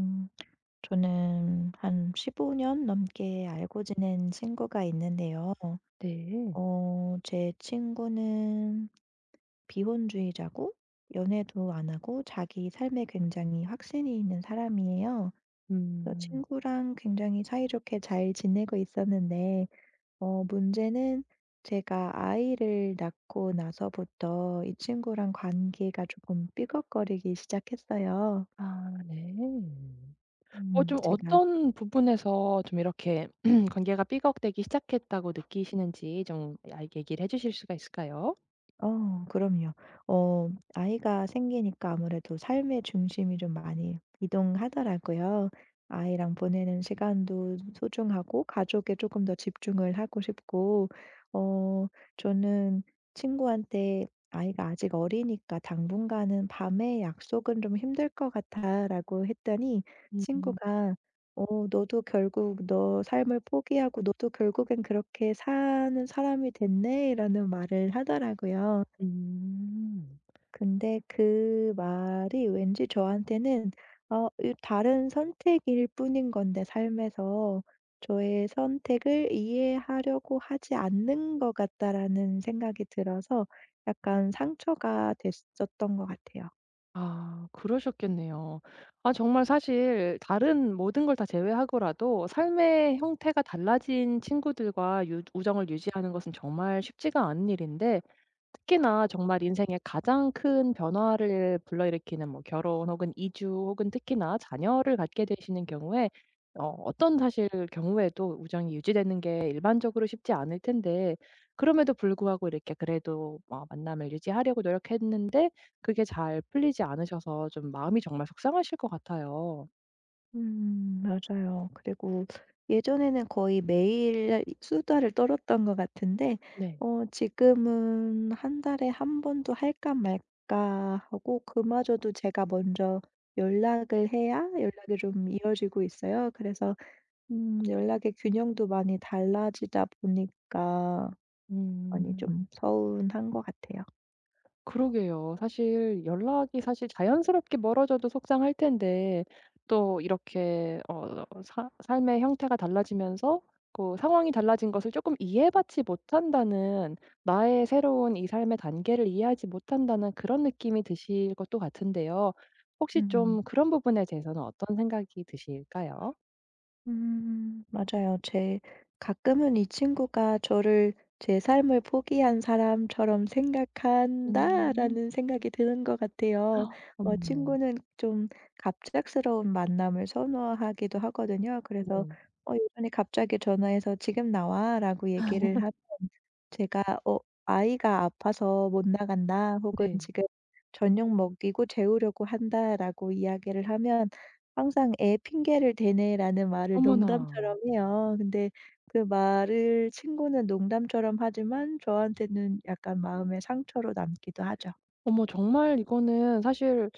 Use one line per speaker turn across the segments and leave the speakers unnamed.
음. 저는 한 15년 넘게 알고 지낸 친구가 있는데요.
네.
어 제 친구는 비혼주의자고 연애도 안 하고 자기 삶에 굉장히 확신이 있는 사람이에요. 그래서
음.
친구랑 굉장히 사이좋게 잘 지내고 있었는데 문제는 제가 아이를 낳고 나서부터 이 친구랑 관계가 조금 삐걱거리기 시작했어요.
아 네. 좀
제가.
어떤 부분에서 좀 이렇게 관계가 삐걱대기 시작했다고 느끼시는지 좀 얘기를 해 주실 수가 있을까요?
그럼요. 어 아이가 생기니까 아무래도 삶의 중심이 좀 많이 이동하더라고요. 아이랑 보내는 시간도 소중하고 가족에 조금 더 집중을 하고 싶고 어 저는 친구한테 "아이가 아직 어리니까 당분간은 밤에 약속은 좀 힘들 것 같아."라고 했더니
음.
친구가 "어 너도 결국 너 삶을 포기하고 너도 결국엔 그렇게 사는 사람이 됐네." 라는 말을 하더라고요.
음.
근데 그 말이 왠지 저한테는 이 다른 선택일 뿐인 건데 삶에서 저의 선택을 이해하려고 하지 않는 것 같다라는 생각이 들어서 약간 상처가 됐었던 것 같아요.
아 그러셨겠네요. 아 정말 사실 다른 모든 걸 다 제외하고라도 삶의 형태가 달라진 친구들과 유 우정을 유지하는 것은 정말 쉽지가 않은 일인데, 특히나 정말 인생의 가장 큰 변화를 불러일으키는 뭐 결혼 혹은 이주 혹은 특히나 자녀를 갖게 되시는 경우에 어떤 사실 경우에도 우정이 유지되는 게 일반적으로 쉽지 않을 텐데, 그럼에도 불구하고 이렇게 그래도 만남을 유지하려고 노력했는데 그게 잘 풀리지 않으셔서 좀 마음이 정말 속상하실 것 같아요.
맞아요. 그리고 예전에는 거의 매일 수다를 떨었던 것 같은데
네.
지금은 한 달에 한 번도 할까 말까 하고 그마저도 제가 먼저 연락을 해야 연락이 좀 이어지고 있어요. 그래서 연락의 균형도 많이 달라지다 보니까 많이
음.
좀 서운한 것 같아요.
그러게요. 사실 연락이 사실 자연스럽게 멀어져도 속상할 텐데, 또 이렇게 어 사 삶의 형태가 달라지면서 그 상황이 달라진 것을 조금 이해받지 못한다는, 나의 새로운 이 삶의 단계를 이해하지 못한다는 그런 느낌이 드실 것도 같은데요. 혹시
음.
좀 그런 부분에 대해서는 어떤 생각이 드실까요?
맞아요. 제 가끔은 이 친구가 저를 '제 삶을 포기한 사람처럼
음.
생각한다.'라는 생각이 드는 것 같아요.
어머나.
친구는 좀 갑작스러운 만남을 선호하기도 하거든요. 그래서
네.
예전에 갑자기 전화해서 "지금 나와."라고 얘기를 하면 제가 "어 아이가 아파서 못 나간다." 혹은
네.
"지금 저녁 먹이고 재우려고 한다."라고 이야기를 하면 항상 "애 핑계를 대네."라는 말을
어머나.
농담처럼 해요. 근데 그 말을 친구는 농담처럼 하지만 저한테는 약간 마음의 상처로 남기도 하죠.
어머 정말 이거는 사실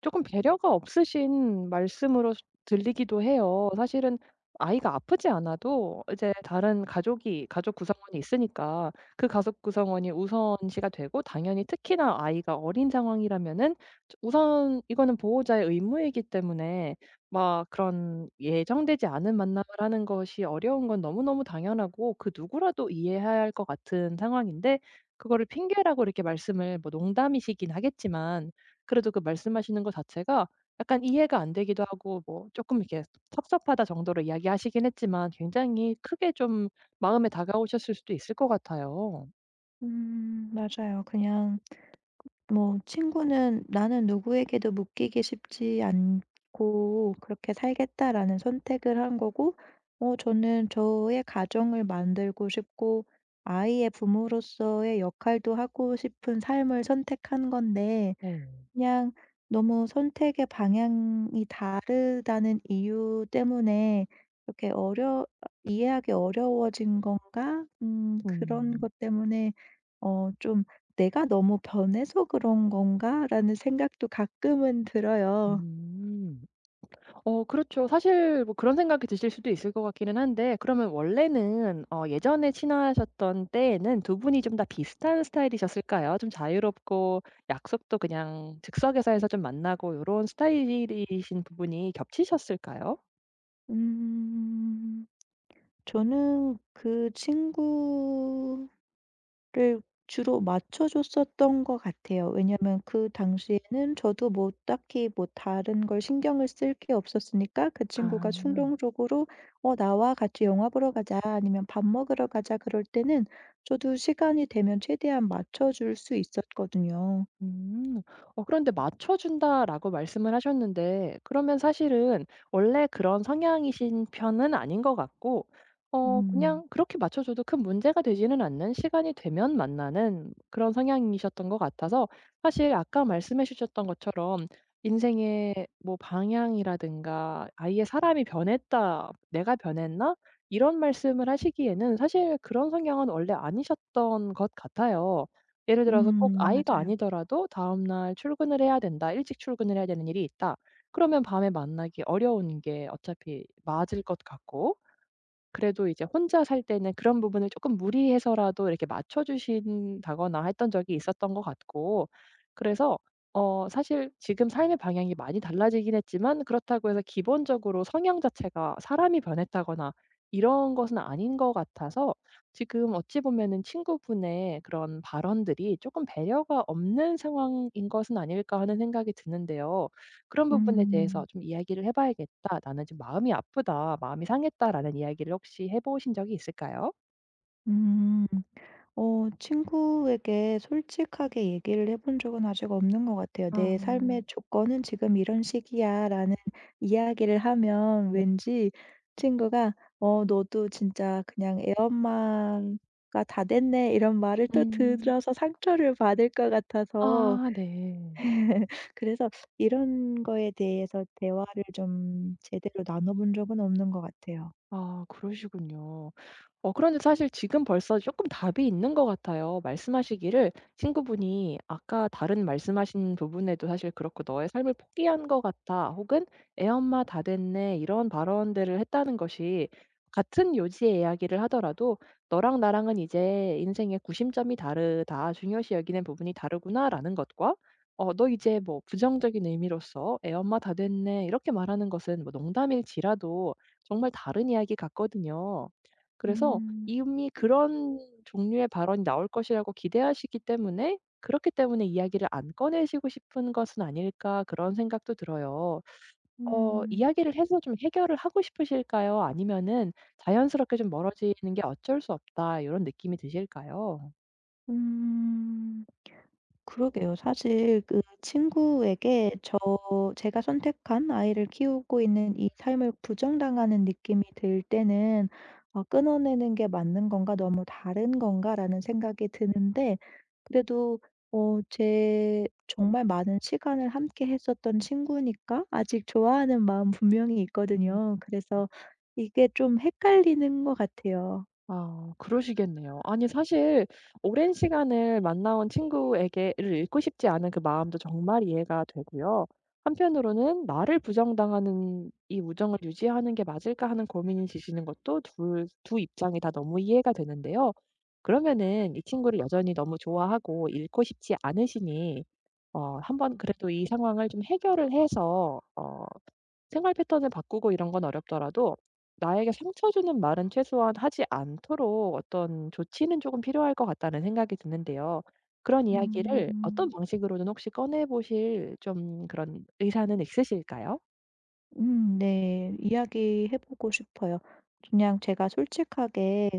조금 배려가 없으신 말씀으로 들리기도 해요. 사실은 아이가 아프지 않아도 이제 다른 가족이 가족 구성원이 있으니까 그 가족 구성원이 우선시가 되고 당연히 특히나 아이가 어린 상황이라면은 우선 이거는 보호자의 의무이기 때문에 막 그런 예정되지 않은 만남을 하는 것이 어려운 건 너무너무 당연하고 그 누구라도 이해해야 할 것 같은 상황인데, 그거를 핑계라고 이렇게 말씀을 뭐 농담이시긴 하겠지만 그래도 그 말씀하시는 것 자체가 약간 이해가 안 되기도 하고 뭐 조금 이렇게 "섭섭하다." 정도로 이야기하시긴 했지만 굉장히 크게 좀 마음에 다가오셨을 수도 있을 것 같아요.
맞아요. 그냥 뭐 친구는 '나는 누구에게도 묶이기 쉽지 않고 그렇게 살겠다.'라는 선택을 한 거고 저는 저의 가정을 만들고 싶고 아이의 부모로서의 역할도 하고 싶은 삶을 선택한 건데
네.
그냥 너무 선택의 방향이 다르다는 이유 때문에 이렇게 어려 이해하기 어려워진 건가? 그런
음.
것 때문에 좀 '내가 너무 변해서 그런 건가?'라는 생각도 가끔은 들어요.
음. 그렇죠. 사실 뭐 그런 생각이 드실 수도 있을 것 같기는 한데, 그러면 원래는 예전에 친하셨던 때에는 두 분이 좀 다 비슷한 스타일이셨을까요? 좀 자유롭고 약속도 그냥 즉석에서 해서 좀 만나고 요런 스타일이신 부분이 겹치셨을까요?
음. 저는 그 친구 를 주로 맞춰 줬었던 것 같아요. 왜냐면 그 당시에는 저도 뭐 딱히 뭐 다른 걸 신경을 쓸 게 없었으니까 그 친구가
아.
충동적으로 "어 나와. 같이 영화 보러 가자." 아니면 "밥 먹으러 가자." 그럴 때는 저도 시간이 되면 최대한 맞춰 줄 수 있었거든요.
음. 그런데 맞춰준다라고 말씀을 하셨는데, 그러면 사실은 원래 그런 성향이신 편은 아닌 것 같고,
음.
그냥 그렇게 맞춰줘도 큰 문제가 되지는 않는, 시간이 되면 만나는 그런 성향이셨던 것 같아서, 사실 아까 말씀해 주셨던 것처럼 인생의 뭐 방향이라든가 아예 '사람이 변했다. 내가 변했나?' 이런 말씀을 하시기에는 사실 그런 성향은 원래 아니셨던 것 같아요. 예를 들어서 꼭 아이가
맞아요.
아니더라도 다음 날 출근을 해야 된다. 일찍 출근을 해야 되는 일이 있다. 그러면 밤에 만나기 어려운 게 어차피 맞을 것 같고, 그래도 이제 혼자 살 때는 그런 부분을 조금 무리해서라도 이렇게 맞춰 주신다거나 했던 적이 있었던 것 같고. 그래서 사실 지금 삶의 방향이 많이 달라지긴 했지만 그렇다고 해서 기본적으로 성향 자체가 사람이 변했다거나 이런 것은 아닌 것 같아서, 지금 어찌 보면은 친구분의 그런 발언들이 조금 배려가 없는 상황인 것은 아닐까 하는 생각이 드는데요. 그런 부분에 대해서
음.
좀 이야기를 해 봐야겠다. 나는 좀 마음이 아프다. 마음이 상했다라는 이야기를 혹시 해 보신 적이 있을까요?
음. 친구에게 솔직하게 얘기를 해본 적은 아직 없는 것 같아요.
아
"내 삶의 조건은 지금 이런 식이야."라는 이야기를 하면
네.
왠지 친구가 "어 너도 진짜 그냥 애 엄마가 다 됐네." 이런 말을 또
음.
들어서 상처를 받을 것 같아서
아 네.
그래서 이런 거에 대해서 대화를 좀 제대로 나눠 본 적은 없는 것 같아요.
아 그러시군요. 그런데 사실 지금 벌써 조금 답이 있는 것 같아요. 말씀하시기를, 친구분이 아까 다른 말씀하신 부분에도 사실 그렇고 "너의 삶을 포기한 것 같아." 혹은 "애 엄마 다 됐네." 이런 발언들을 했다는 것이, 같은 요지의 이야기를 하더라도 "너랑 나랑은 이제 인생의 구심점이 다르다. 중요시 여기는 부분이 다르구나."라는 것과 "너 이제 뭐 부정적인 의미로서 '애 엄마 다 됐네.' 이렇게 말하는 것은 뭐 농담일지라도 정말 다른 이야기 같거든요." 그래서
음.
이미 그런 종류의 발언이 나올 것이라고 기대하시기 때문에 '그렇기 때문에 이야기를 안 꺼내시고 싶은 것은 아닐까.' 그런 생각도 들어요.
음.
이야기를 해서 좀 해결을 하고 싶으실까요? 아니면은 자연스럽게 좀 멀어지는 게 어쩔 수 없다 이런 느낌이 드실까요?
음. 그러게요. 사실 그 친구에게 제가 선택한 아이를 키우고 있는 이 삶을 부정당하는 느낌이 들 때는 어, 끊어내는 게 맞는 건가? 너무 다른 건가?'라는 생각이 드는데 그래도 제 정말 많은 시간을 함께 했었던 친구니까 아직 좋아하는 마음 분명히
음.
있거든요. 그래서 이게 좀 헷갈리는 것 같아요.
아 그러시겠네요. 아니 사실 오랜 시간을 만나온 친구에게를 잃고 싶지 않은 그 마음도 정말 이해가 되고요. 한편으로는 '나를 부정당하는 이 우정을 유지하는 게 맞을까?' 하는 고민이 지시는 것도 둘 두 입장이 다 너무 이해가 되는데요. 그러면은 이 친구를 여전히 너무 좋아하고 잃고 싶지 않으시니 한번 그래도 이 상황을 좀 해결을 해서 생활 패턴을 바꾸고 이런 건 어렵더라도 나에게 상처 주는 말은 최소한 하지 않도록 어떤 조치는 조금 필요할 것 같다는 생각이 드는데요. 그런 이야기를 어떤
음.
방식으로든 혹시 꺼내 보실 좀 그런 의사는 있으실까요?
네. 이야기해 보고 싶어요. 그냥 제가 솔직하게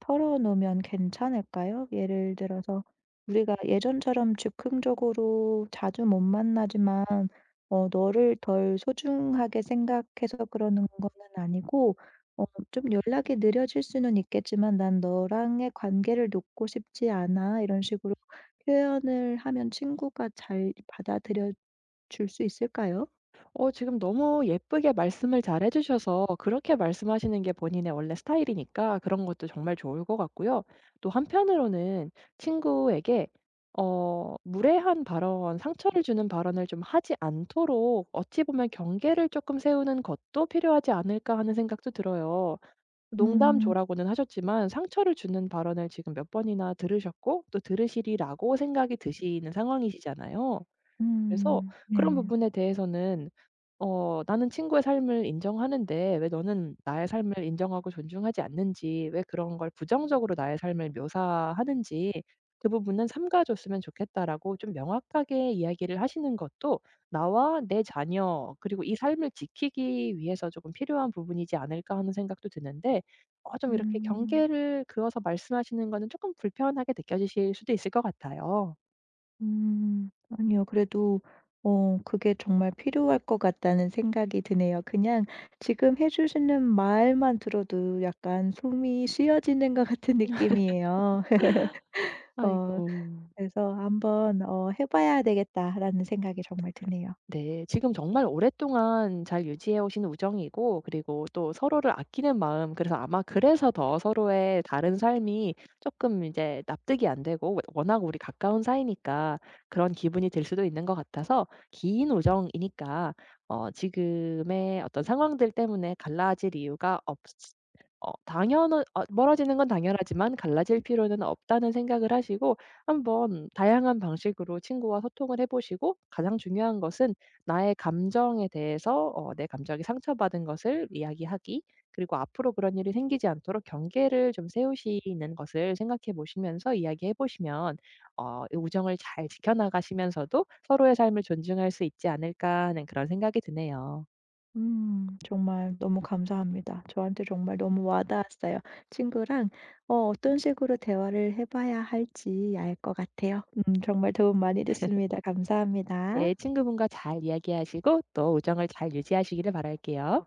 털어 놓으면 괜찮을까요? 예를 들어서 "우리가 예전처럼 즉흥적으로 자주 못 만나지만 어 너를 덜 소중하게 생각해서 그러는 거는 아니고 어 좀 연락이 느려질 수는 있겠지만 난 너랑의 관계를 놓고 싶지 않아." 이런 식으로 표현을 하면 친구가 잘 받아들여 줄 수 있을까요?
지금 너무 예쁘게 말씀을 잘해 주셔서 그렇게 말씀하시는 게 본인의 원래 스타일이니까 그런 것도 정말 좋을 것 같고요. 또 한편으로는 친구에게 무례한 발언, 상처를 주는 발언을 좀 하지 않도록 어찌 보면 '경계를 조금 세우는 것도 필요하지 않을까.' 하는 생각도 들어요.
음.
농담조라고는 하셨지만 상처를 주는 발언을 지금 몇 번이나 들으셨고 또 '들으시리라.'고 생각이 드시는 상황이시잖아요. 그래서 그런
네.
부분에 대해서는 "나는 친구의 삶을 인정하는데 왜 너는 나의 삶을 인정하고 존중하지 않는지, 왜 그런 걸 부정적으로 나의 삶을 묘사하는지 그 부분은 삼가 줬으면 좋겠다."라고 좀 명확하게 이야기를 하시는 것도 나와 내 자녀 그리고 이 삶을 지키기 위해서 조금 필요한 부분이지 않을까 하는 생각도 드는데, 좀 이렇게
음.
경계를 그어서 말씀하시는 거는 조금 불편하게 느껴지실 수도 있을 것 같아요.
음. 아니요. 그래도 그게 정말 필요할 것 같다는 생각이 드네요. 그냥 지금 해 주시는 말만 들어도 약간 숨이 쉬어지는 것 같은 느낌이에요. 어
아이고.
그래서 '한번 어 해 봐야 되겠다.'라는 생각이 정말 드네요.
네. 지금 정말 오랫동안 잘 유지해 오신 우정이고 그리고 또 서로를 아끼는 마음, 그래서 아마 그래서 더 서로의 다른 삶이 조금 이제 납득이 안 되고 워낙 우리 가까운 사이니까 그런 기분이 들 수도 있는 것 같아서, 긴 우정이니까 지금의 어떤 상황들 때문에 갈라질 이유가 없 어 당연 어 멀어지는 건 당연하지만 갈라질 필요는 없다는 생각을 하시고, 한번 다양한 방식으로 친구와 소통을 해 보시고, 가장 중요한 것은 나의 감정에 대해서 내 감정이 상처받은 것을 이야기하기, 그리고 앞으로 그런 일이 생기지 않도록 경계를 좀 세우시는 것을 생각해 보시면서 이야기해 보시면 이 우정을 잘 지켜나가시면서도 서로의 삶을 존중할 수 있지 않을까 하는 그런 생각이 드네요.
정말 너무 감사합니다. 저한테 정말 너무 와닿았어요. 친구랑 어떤 식으로 대화를 해 봐야 할지 알 것 같아요. 정말 도움 많이 됐습니다. 감사합니다.
네 친구분과 잘 이야기하시고 또 우정을 잘 유지하시기를 바랄게요.